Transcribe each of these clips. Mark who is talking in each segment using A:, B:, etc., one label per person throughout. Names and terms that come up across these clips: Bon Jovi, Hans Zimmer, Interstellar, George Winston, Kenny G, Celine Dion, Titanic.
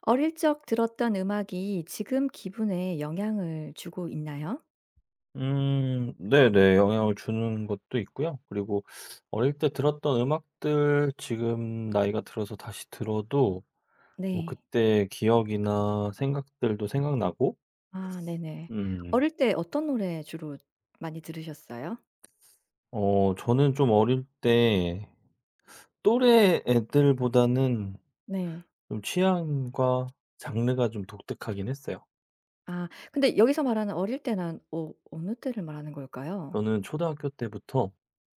A: 어릴 적 들었던 음악이 지금 기분에 영향을 주고 있나요?
B: 네네. 영향을 주는 것도 있고요. 그리고 어릴 때 들었던 음악들 지금 나이가 들어서 다시 들어도 뭐
A: 네.
B: 그때 기억이나 생각들도 생각나고
A: 아 네네.
B: 음
A: 어릴 때 어떤 노래 주로 많이 들으셨어요?
B: 저는 좀 어릴 때 또래 애들보다는
A: 네.
B: 좀 취향과 장르가 좀 독특하긴 했어요.
A: 아 근데 여기서 말하는 어릴 때는 어느 때를 말하는 걸까요?
B: 저는 초등학교 때부터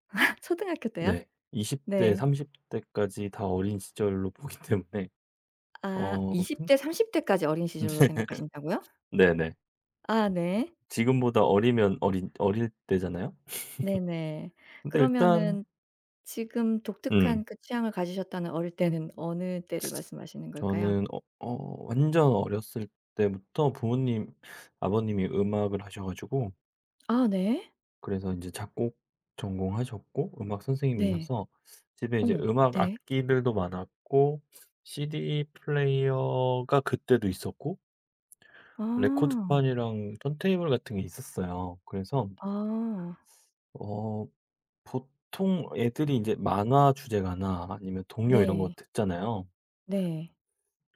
A: 초등학교 때요?
B: 네 20대
A: 네.
B: 30 대까지 다 어린 시절로 보기 때문에
A: 아
B: 어
A: 20
B: 근
A: 대 30 대까지 어린 시절로 생각하신다고요?
B: 네네.
A: 아 네.
B: 지금보다 어리면 어린 어릴 때잖아요.
A: 네네.
B: 근데 일단
A: 그러면은 지금
B: 음
A: 독특한 그 취향을 가지셨다는 어릴 때는 어느 때를 말씀하시는 걸까요?
B: 저는 완전 어렸을 때부터 부모님 아버님이 음악을 하셔 가지고
A: 아 네.
B: 그래서 이제 작곡 전공하셨고 음악
A: 네.
B: 선생님이셔서 집에 이제
A: 어
B: 음악
A: 네.
B: 악기들도 많았고 CD 플레이어가 그때도 있었고
A: 아.
B: 레코드판이랑 턴테이블 같은 게 있었어요. 그래서
A: 아.
B: 어 보통 애들이 이제 만화 주제가나 아니면 동요 이런 거
A: 네.
B: 듣잖아요.
A: 네.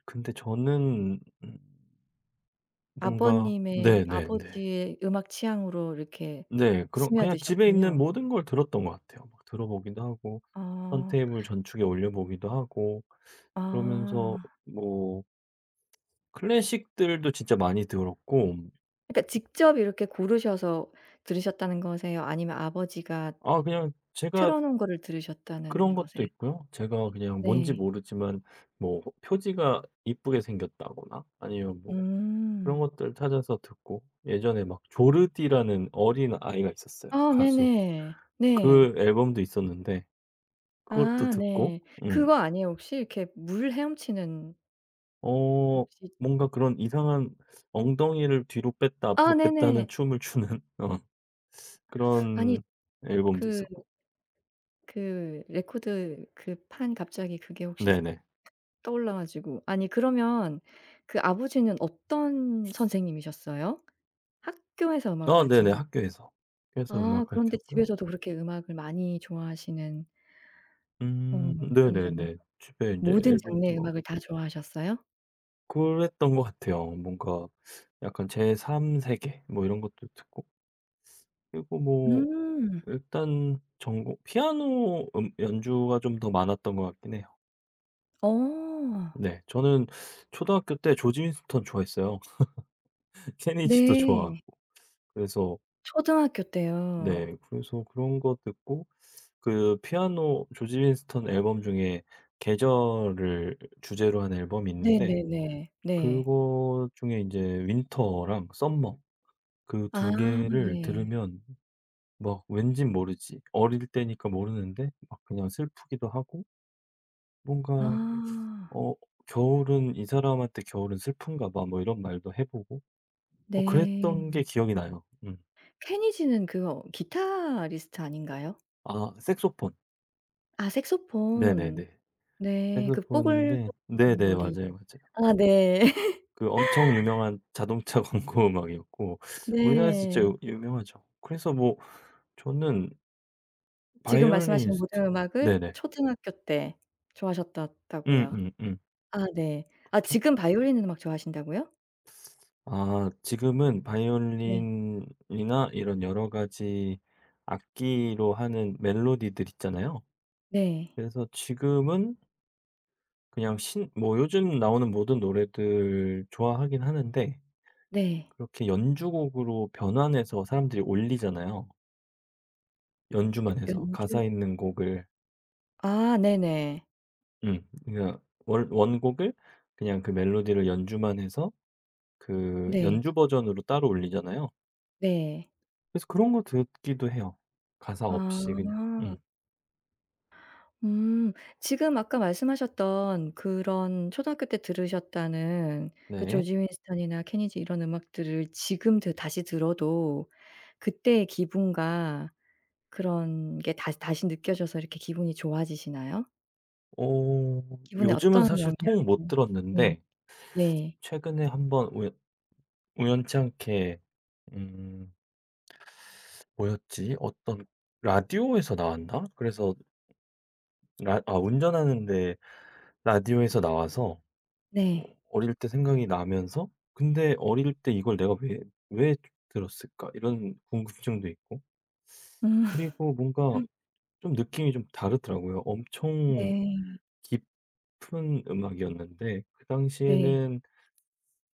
B: 근데 저는 뭔가
A: 아버님의
B: 네네네. 네. 네.
A: 아버지의 음악 취향으로 이렇게
B: 네, 그런 그냥 집에 있는
A: 스며드셨군요.
B: 모든 걸 들었던 것 같아요. 막 들어 보기도 하고
A: 아.
B: 턴테이블 전축에 올려 보기도 하고 그러면서
A: 아.
B: 뭐 클래식들도 진짜 많이 들었고
A: 그러니까 직접 이렇게 고르셔서 들으셨다는 거세요? 아니면 아버지가
B: 아 그냥 제가
A: 틀어 놓은 거를
B: 그런
A: 들으셨다는
B: 것도
A: 거세요?
B: 있고요. 제가 그냥 뭔지
A: 네.
B: 모르지만 뭐 표지가 이쁘게 생겼다거나 아니면 뭐 그런
A: 음.
B: 것들 찾아서 듣고 예전에 막 조르디라는 어린아이가 있었어요,
A: 아
B: 가수.
A: 네네. 네.
B: 그 앨범도 있었는데 그것도
A: 아
B: 듣고
A: 네.
B: 음
A: 그거 아니에요 혹시? 이렇게 물 헤엄치는
B: 어
A: 혹시.
B: 뭔가 그런 이상한 엉덩이를 뒤로 뺐다
A: 아
B: 앞으로 뺐다 하는
A: 네네.
B: 춤을 추는 어
A: 아니
B: 그런 앨범도
A: 그
B: 있었고.
A: 그 레코드 그 판 갑자기 그게 혹시
B: 네네.
A: 떠올라 가지고. 아니 그러면 그 아버지는 어떤 선생님이셨어요? 학교에서 음악을
B: 아
A: 가르치는
B: 네네.
A: 선.
B: 학교에서. 학교에서 음악
A: 아 그런데
B: 가르쳤고요.
A: 집에서도 그렇게 음악을 많이 좋아하시는 어 편이셨나요?
B: 네네네. 집에 인제
A: 모든
B: 앨범도
A: 장르의
B: 많고
A: 음악을 다 좋아하셨어요?
B: 그랬던 것 같아요. 뭔가 약간 제3 세계 뭐 이런 것도 듣고 그리고 뭐
A: 음.
B: 일단 전공 피아노 연주가 좀 더 많았던 것 같긴 해요.
A: 어.
B: 네. 저는 초등학교 때 조지 윈스턴 좋아했어요. 케니지도 좋아하고.
A: 네.
B: 그래서
A: 초등학교 때요.
B: 네. 그래서 그런 거 듣고 그 피아노 조지 윈스턴 앨범 중에 계절을 주제로 한 앨범이 있는데
A: 네네네. 네.
B: 그거 중에 이제 윈터랑 썸머 그
A: 아
B: 두 개를
A: 네.
B: 들으면 막 왠진 모르지 어릴 때니까 모르는데 막 그냥 슬프기도 하고
A: 아.
B: 뭔가 어 '겨울은 이 사람한테 겨울은 슬픈가 봐.' 뭐 이런 말도 해 보고 그랬던
A: 네.
B: 게 기억이 나요. 음.
A: 케니지는 그거 기타리스트 아닌가요?
B: 아 색소폰.
A: 아 색소폰.
B: 네네네.
A: 네. 그
B: 색소폰인데
A: 뽀글뽀글한
B: 네네.
A: 머리.
B: 맞아요, 맞아요.
A: 아 네.
B: 그 엄청 유명한 자동차 광고 음악이었고 우리나라에서 진짜
A: 네.
B: 유 유명하죠. 그래서 뭐 저는
A: 지금 말씀하시는
B: 바이올리니스트
A: 모든 음악을
B: 네네.
A: 초등학교 때 좋아하셨다다고요.
B: 음음음.
A: 아 네. 아
B: 그쵸?
A: 지금 바이올린 음악 좋아하신다고요?
B: 아 지금은
A: 네.
B: 바이올린이나 이런 여러 가지 악기로 하는 멜로디들 있잖아요.
A: 네.
B: 그래서 지금은 그냥 신 뭐 요즘 나오는 모든 노래들 좋아하긴 하는데
A: 네.
B: 그렇게 연주곡으로 변환해서 사람들이 올리잖아요.
A: 여
B: 연주만 해서 가사
A: 연주.
B: 있는 곡을
A: 아 네네.
B: 그냥 월 원곡을 그냥 그 멜로디를 연주만 해서 그
A: 네.
B: 연주 버전으로 따로 올리잖아요.
A: 네.
B: 그래서 그런 거 듣기도 해요. 가사 없이 그냥.
A: 아.
B: 음.
A: 음. 지금 아까 말씀하셨던 그런 초등학교 때 들으셨다는 그
B: 네.
A: 조지 윈스턴이나 케니지 이런 음악들을 지금 드 다시 들어도 그때의 기분과 그런 게 다시 다시 느껴져서 이렇게 기분이 좋아지시나요?
B: 어
A: 기분에
B: 요즘은
A: 어떤
B: 사실
A: 영향을.
B: 통 못
A: 네.
B: 들었는데
A: 네.
B: 최근에 한번 우연치 않게 음 뭐였지? 어떤 라디오에서 나왔나? 그래서 라 아 운전하는데 라디오에서 나와서 어
A: 네.
B: 어릴 때 생각이 나면서 '근데 어릴 때 이걸 내가 왜 왜 들었을까?' 이런 궁금증도 있고
A: 음.
B: 그리고 뭔가 좀 느낌이 좀 다르더라고요. 엄청
A: 네.
B: 깊은 음악이었는데 그
A: 네.
B: 당시에는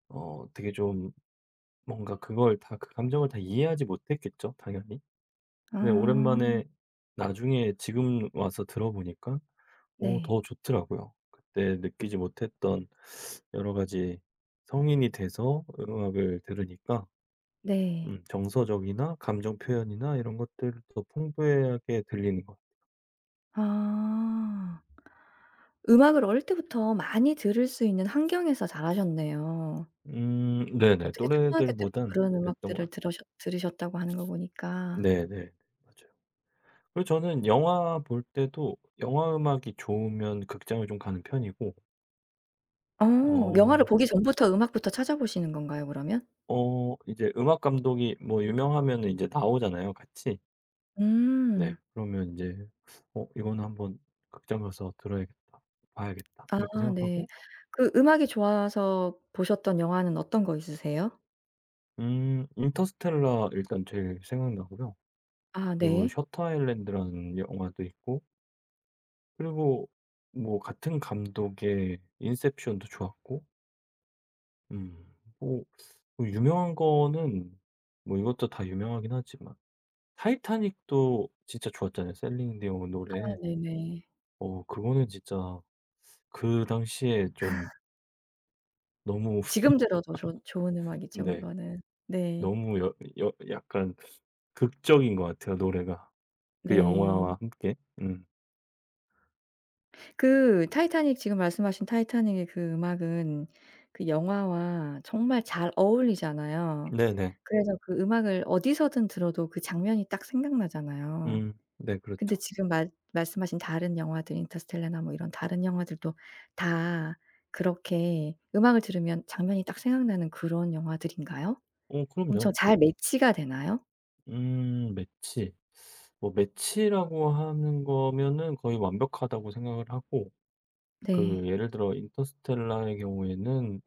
B: 되게 좀 뭔가 그걸 다 그 감정을 다 이해하지 못했겠죠 당연히. 근데
A: 아.
B: 오랜만에 나중에 지금 와서 들어보니까
A: 네.
B: 더 좋더라고요. 그때 느끼지 못했던 여러 가지 성인이 돼서 음악을 들으니까
A: 네.
B: 정서적이나 감정 표현이나 이런 것들을 더 풍부하게 들리는 것 같아요.
A: 아. 음악을 어릴 때부터 많이 들을 수 있는 환경에서 자라셨네요.
B: 네네.
A: 어떻게 초등학교 때부터
B: 또래들보단
A: 그런
B: 그랬던 것
A: 음악들을
B: 같아요.
A: 들으셨다고 하는 거 보니까.
B: 네네. 맞아요. 그리고 저는 영화 볼 때도 영화 음악이 좋으면 극장을 좀 가는 편이고
A: 어 영화를
B: 어
A: 보기 전부터 음악부터 찾아보시는 건가요, 그러면?
B: 이제 음악 감독이 뭐 유명하면 이제 나오잖아요 같이. 네.
A: 음.
B: 그러면 인제 '어 이거는 한번 극장 가서 들어야겠다. 봐야겠다.' 이렇게
A: 아 네.
B: 생각하고
A: 그 음악이 좋아서 보셨던 영화는 어떤 거 있으세요?
B: 인터스텔라 일단 제일 생각나고요.
A: 아
B: 그리고
A: 네.
B: 셔터 아일랜드라는 영화도 있고 그리고 뭐 같은 감독의 인셉션도 좋았고 음 뭐 유명한 거는 뭐 이것도 다 유명하긴 하지만 타이타닉도 진짜 좋았잖아요. 셀린 디온
A: 아
B: 노래.
A: 네네.
B: 그거는 진짜 그 당시에 좀 너무
A: 지금 들어도 좋 좋은 음악이죠,
B: 네.
A: 그거는. 네.
B: 너무 여 여 약간 극적인 것 같아요 노래가. 그
A: 네.
B: 영화와 함께. 음.
A: 그 타이타닉 지금 말씀하신 타이타닉의 그 음악은 그 영화와 정말 잘 어울리잖아요.
B: 네네.
A: 그래서 그 음악을 어디서든 들어도 그 장면이 딱 생각나잖아요.
B: 음. 네
A: 근데
B: 그렇죠.
A: 지금 말 말씀하신 다른 영화들 인터스텔라나 뭐 이런 다른 영화들도 다 그렇게 음악을 들으면 장면이 딱 생각나는 그런 영화들인가요?
B: 그럼요.
A: 엄청 잘 매치가 되나요?
B: 매치. 뭐 매치라고 하는 거면은 거의 완벽하다고 생각을 하고
A: 네.
B: 그 예를 들어 인터스텔라의 경우에는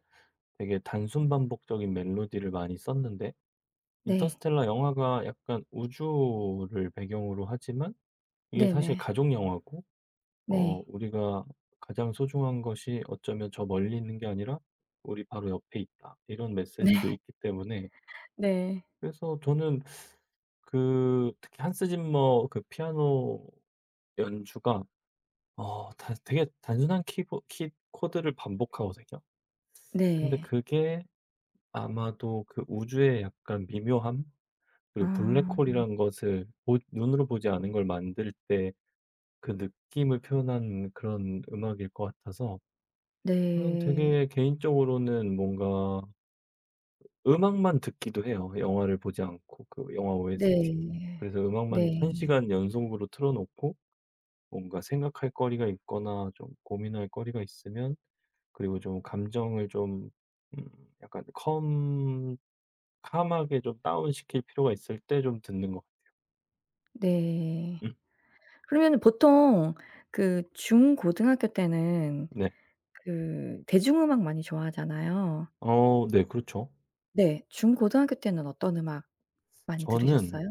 B: 되게 단순 반복적인 멜로디를 많이 썼는데
A: 네.
B: 인터스텔라 영화가 약간 우주를 배경으로 하지만 이게 사실
A: 네네.
B: 가족 영화고
A: 네.
B: 우리가 가장 소중한 것이 어쩌면 저 멀리 있는 게 아니라 우리 바로 옆에 있다. 이런
A: 네.
B: 메시지도 있기 때문에.
A: 네.
B: 그래서 저는 그, 특히 한스 짐머 그 피아노 연주가, 되게 단순한 코드를 반복하거든요. 근데
A: 네.
B: 그게 아마도 그 우주의 약간 미묘함? 그리고
A: 아.
B: 블랙홀이라는 것을 눈으로 보지 않은 걸 만들 때 그 느낌을 표현한 그런 음악일 것 같아서 저는
A: 네.
B: 되게 개인적으로는 뭔가 음악만 듣기도 해요, 영화를 보지 않고 그 영화 OST.
A: 네.
B: 그래서 음악만 한
A: 네.
B: 시간 연속으로 틀어 놓고 뭔가 생각할 거리가 있거나 좀 고민할 거리가 있으면 그리고 좀 감정을 좀 음 약간 컴 캄하게 좀 다운 시킬 필요가 있을 때 좀 듣는 것 같아요.
A: 네.
B: 음
A: 그러면은 보통 그 중고등학교 때는
B: 네.
A: 그 대중음악 많이 좋아하잖아요.
B: 어 네 그렇죠.
A: 네. 중고등학교 때는 어떤 음악 많이
B: 저는
A: 들으셨어요?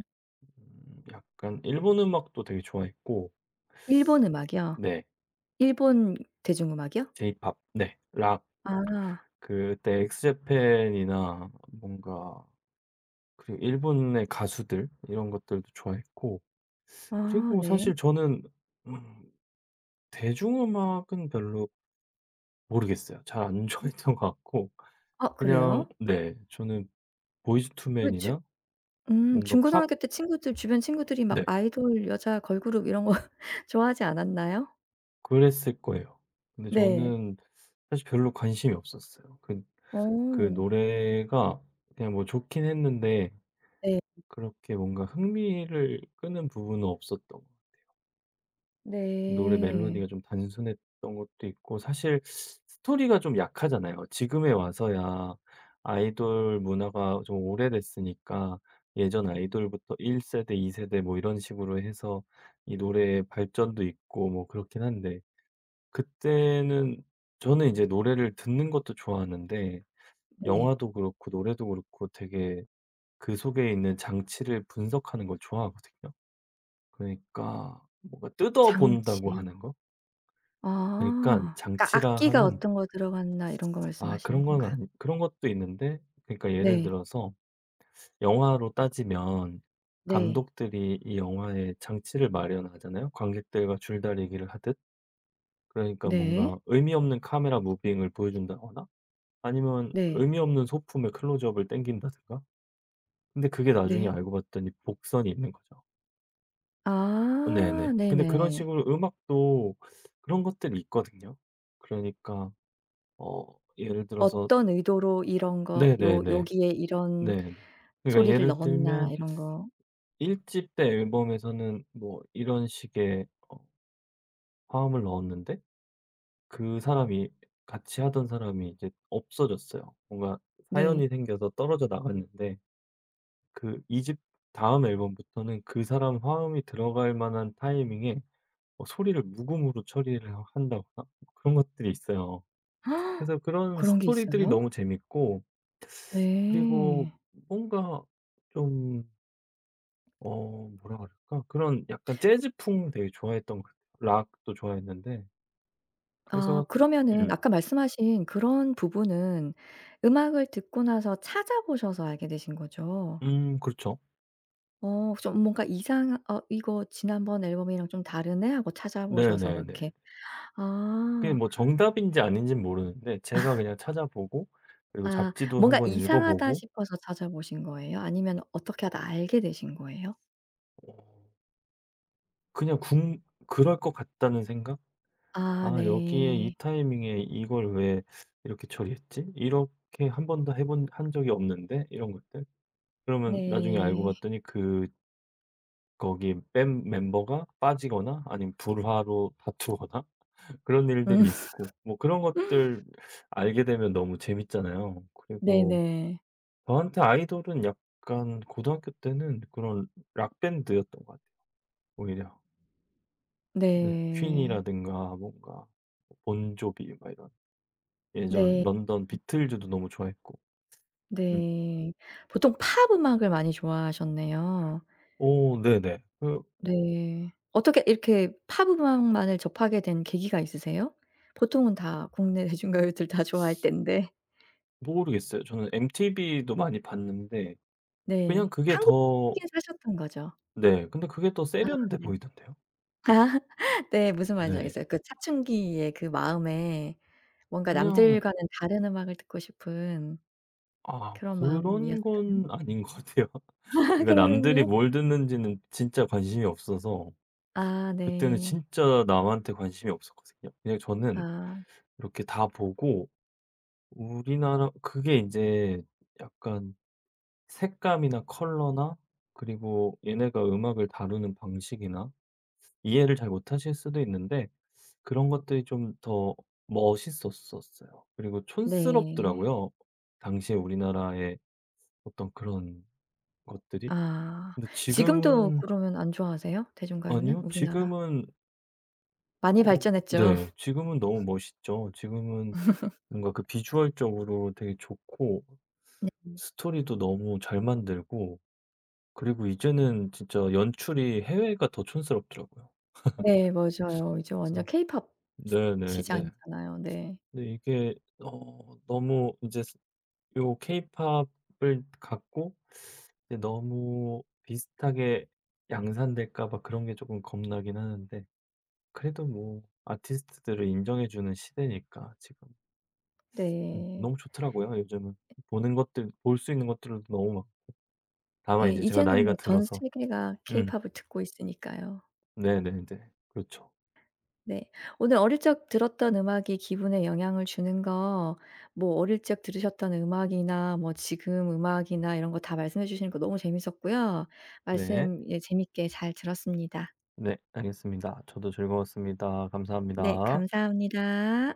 B: 약간 일본 음악도 되게 좋아했고
A: 일본 음악이요?
B: 네.
A: 일본 대중음악이요?
B: J-pop 네. 락
A: 아.
B: 그때 엑스제팬이나 뭔가 그리고 일본의 가수들 이런 것들도 좋아했고
A: 아
B: 그리고
A: 네.
B: 사실 저는 음 대중음악은 별로 모르겠어요. 잘 안 좋아했던 것 같고
A: 아
B: 그냥
A: 그래요?
B: 네 저는 보이즈 투
A: 왜 주
B: 맨이나 뭔가 팝
A: 중고등학교 때 친구들 주변 친구들이 막
B: 네
A: 아이돌 여자 걸그룹 이런 거 좋아하지 않았나요?
B: 그랬을 거예요. 근데
A: 네.
B: 저는 사실 별로 관심이 없었어요. 그
A: 어.
B: 노래가 그냥 뭐 좋긴 했는데
A: 네.
B: 그렇게 뭔가 흥미를 끄는 부분은 없었던 노래
A: 네.
B: 멜로디가 좀 단순했던 것도 있고 사실 스토리가 좀 약하잖아요. 지금에 와서야 아이돌 문화가 좀 오래됐으니까 예전 아이돌부터 1 세대 2 세대 뭐 이런 식으로 해서 이 노래의 발전도 있고 뭐 그렇긴 한데 그때는 저는 이제 노래를 듣는 것도 좋아하는데
A: 네.
B: 영화도 그렇고 노래도 그렇고 되게 그 속에 있는 장치를 분석하는 걸 좋아하거든요. 그러니까 뭔가 뜯어본다고
A: 장치요?
B: 하는 거? 그러니까
A: 아. 그러니까
B: 장치라
A: 악기가
B: 함은
A: 어떤 거 들어갔나 이런 거
B: 아
A: 말씀하시는
B: 그런 건
A: 건가요?
B: 아니 그런 것도 있는데 그러니까 예를
A: 네.
B: 들어서 영화로 따지면
A: 네.
B: 감독들이 이 영화에 장치를 마련하잖아요. 관객들과 줄다리기를 하듯. 그러니까
A: 네.
B: 뭔가 의미 없는 카메라 무빙을 보여준다거나 아니면
A: 네.
B: 의미 없는 소품의 클로즈업을 당긴다든가. 근데 그게 나중에
A: 네.
B: 알고 봤더니 복선이 있는 거죠. 네네.
A: 아
B: 근데 그런
A: 네네.
B: 식으로 음악도 그런 것들이 있거든요. 그러니까 예를 들어서
A: 어떤 의도로 이런 거 요
B: 네네네.
A: 여기에 이런
B: 네네. 그러니까
A: 소리를
B: 예를
A: 넣었나
B: 들면
A: 이런 거.
B: 1집 때 앨범에서는 뭐 이런 식의 화음을 넣었는데 그 사람이 같이 하던 사람이 이제 없어졌어요. 뭔가
A: 네.
B: 사연이 생겨서 떨어져 나갔는데 그 2집 다음 앨범부터는 그 사람 화음이 들어갈 만한 타이밍에 소리를 무음으로 처리를 하 한다거나 뭐 그런 것들이 있어요. 그래서 그런
A: 그런 게
B: 스토리들이
A: 있어요?
B: 너무 재밌고 그리고
A: 네.
B: 뭔가 좀 뭐라 그럴까? 그런 약간 재즈풍 되게 좋아했던 것 같아요. 락도 좋아했는데
A: 아
B: 그래서
A: 그러면은
B: 음.
A: 아까 말씀하신 그런 부분은 음악을 듣고 나서 찾아보셔서 알게 되신 거죠?
B: 그렇죠.
A: 어 좀 뭔가 이상, "어 이거 지난번 앨범이랑 좀 다르네." 하고 찾아보셔서 그렇게.
B: 네네네. 그게
A: 아.
B: 뭐 정답인지 아닌지는 모르는데 제가 그냥 찾아보고 그리고
A: 아
B: 잡지도
A: 뭔가
B: 한번
A: 이상하다
B: 읽어보고
A: 싶어서 찾아보신 거예요? 아니면 어떻게 하다 알게 되신 거예요?
B: 어 그냥 궁 그럴 것 같다는 생각?
A: 아
B: '아 여기에 이
A: 네.
B: 타이밍에 이걸 왜 이렇게 처리했지? 이렇게 한 번도 해본 한 적이 없는데?' 이런 것들. 그러면 나중에 알고
A: 네.
B: 봤더니 그 거기 밴 멤버가 빠지거나 아니면 불화로 다투거나 그런
A: 음.
B: 일들이 있고 뭐 그런 것들 알게 되면 너무 재밌잖아요. 그리고
A: 네네.
B: 저한테 아이돌은 약간 고등학교 때는 그런 락 밴드였던 것 같아요 오히려. 네.
A: 네.
B: 퀸이라든가 뭔가 본조비 막 이런 예전
A: 네.
B: 런던 비틀즈도 너무 좋아했고. 음.
A: 네. 보통 팝 음악을 많이 좋아하셨네요.
B: 오, 네네. 그
A: 네. 어떻게 이렇게 팝 음악만을 접하게 된 계기가 있으세요? 보통은 다 국내 대중가요들 다 좋아할 텐데.
B: 모르겠어요. 저는 MTV도 많이 봤는데 그냥
A: 네.
B: 그게 더
A: 한국에 사셨던 거죠?
B: 네. 근데 그게 더
A: 아
B: 세련돼
A: 네.
B: 보이던데요.
A: 네. 무슨 말인지
B: 네.
A: 알겠어요. 그 사춘기의 그 마음에 뭔가
B: 그냥
A: 남들과는 다른 음악을 듣고 싶은
B: 아
A: 그런
B: 그런
A: 마음이었을까요?
B: 건 아닌 것 같아요. 그러니까 남들이
A: 그러면요?
B: 뭘 듣는지는 진짜 관심이 없어서
A: 아
B: 그때는
A: 네.
B: 진짜 남한테 관심이 없었거든요. 그냥 저는
A: 아
B: 이렇게 다 보고 우리나라 그게 인제 약간 색감이나 컬러나 그리고 얘네가 음악을 다루는 방식이나 이해를 잘 못하실 수도 있는데 그런 것들이 좀 더 멋있었었어요. 그리고
A: 네.
B: 촌스럽더라고요. 당시에 우리나라의 어떤 그런 것들이.
A: 아
B: 근데
A: 지금도
B: 지금은
A: 그러면 안 좋아하세요? 대중가요는?
B: 아니요.
A: 우리나라?
B: 지금은
A: 많이
B: 어
A: 발전했죠.
B: 네. 지금은 너무 멋있죠. 지금은 뭔가 그 비주얼적으로 되게 좋고
A: 네.
B: 스토리도 너무 잘 만들고 그리고 이제는 진짜 연출이 해외가 더 촌스럽더라고요.
A: 네 맞아요. 이제 완전
B: 그래서
A: 케이팝 시
B: 네네네.
A: 시장이잖아요. 네.
B: 근데 이게 너무 이제 요 케이팝을 갖고 이제 너무 비슷하게 양산될까 봐 그런 게 조금 겁나긴 하는데 그래도 뭐 아티스트들을 인정해 주는 시대니까 지금
A: 네.
B: 너무 좋더라고요 요즘은. 보는 것들 볼 수 있는 것들도 너무 많고
A: 예.
B: 다만 이제 제가
A: 이제는
B: 나이가
A: 뭐 전
B: 들어서
A: 세계가
B: 음
A: 케이팝을 듣고 있으니까요.
B: 네네네. 그렇죠.
A: 네. 오늘 어릴 적 들었던 음악이 기분에 영향을 주는 거 뭐 어릴 적 들으셨던 음악이나 뭐 지금 음악이나 이런 거 다 말씀해 주시는 거 너무 재밌었고요.
B: 네.
A: 말씀 예 재밌게 잘 들었습니다.
B: 네 알겠습니다. 저도 즐거웠습니다.
A: 네.
B: 감사합니다.
A: 감사합니다.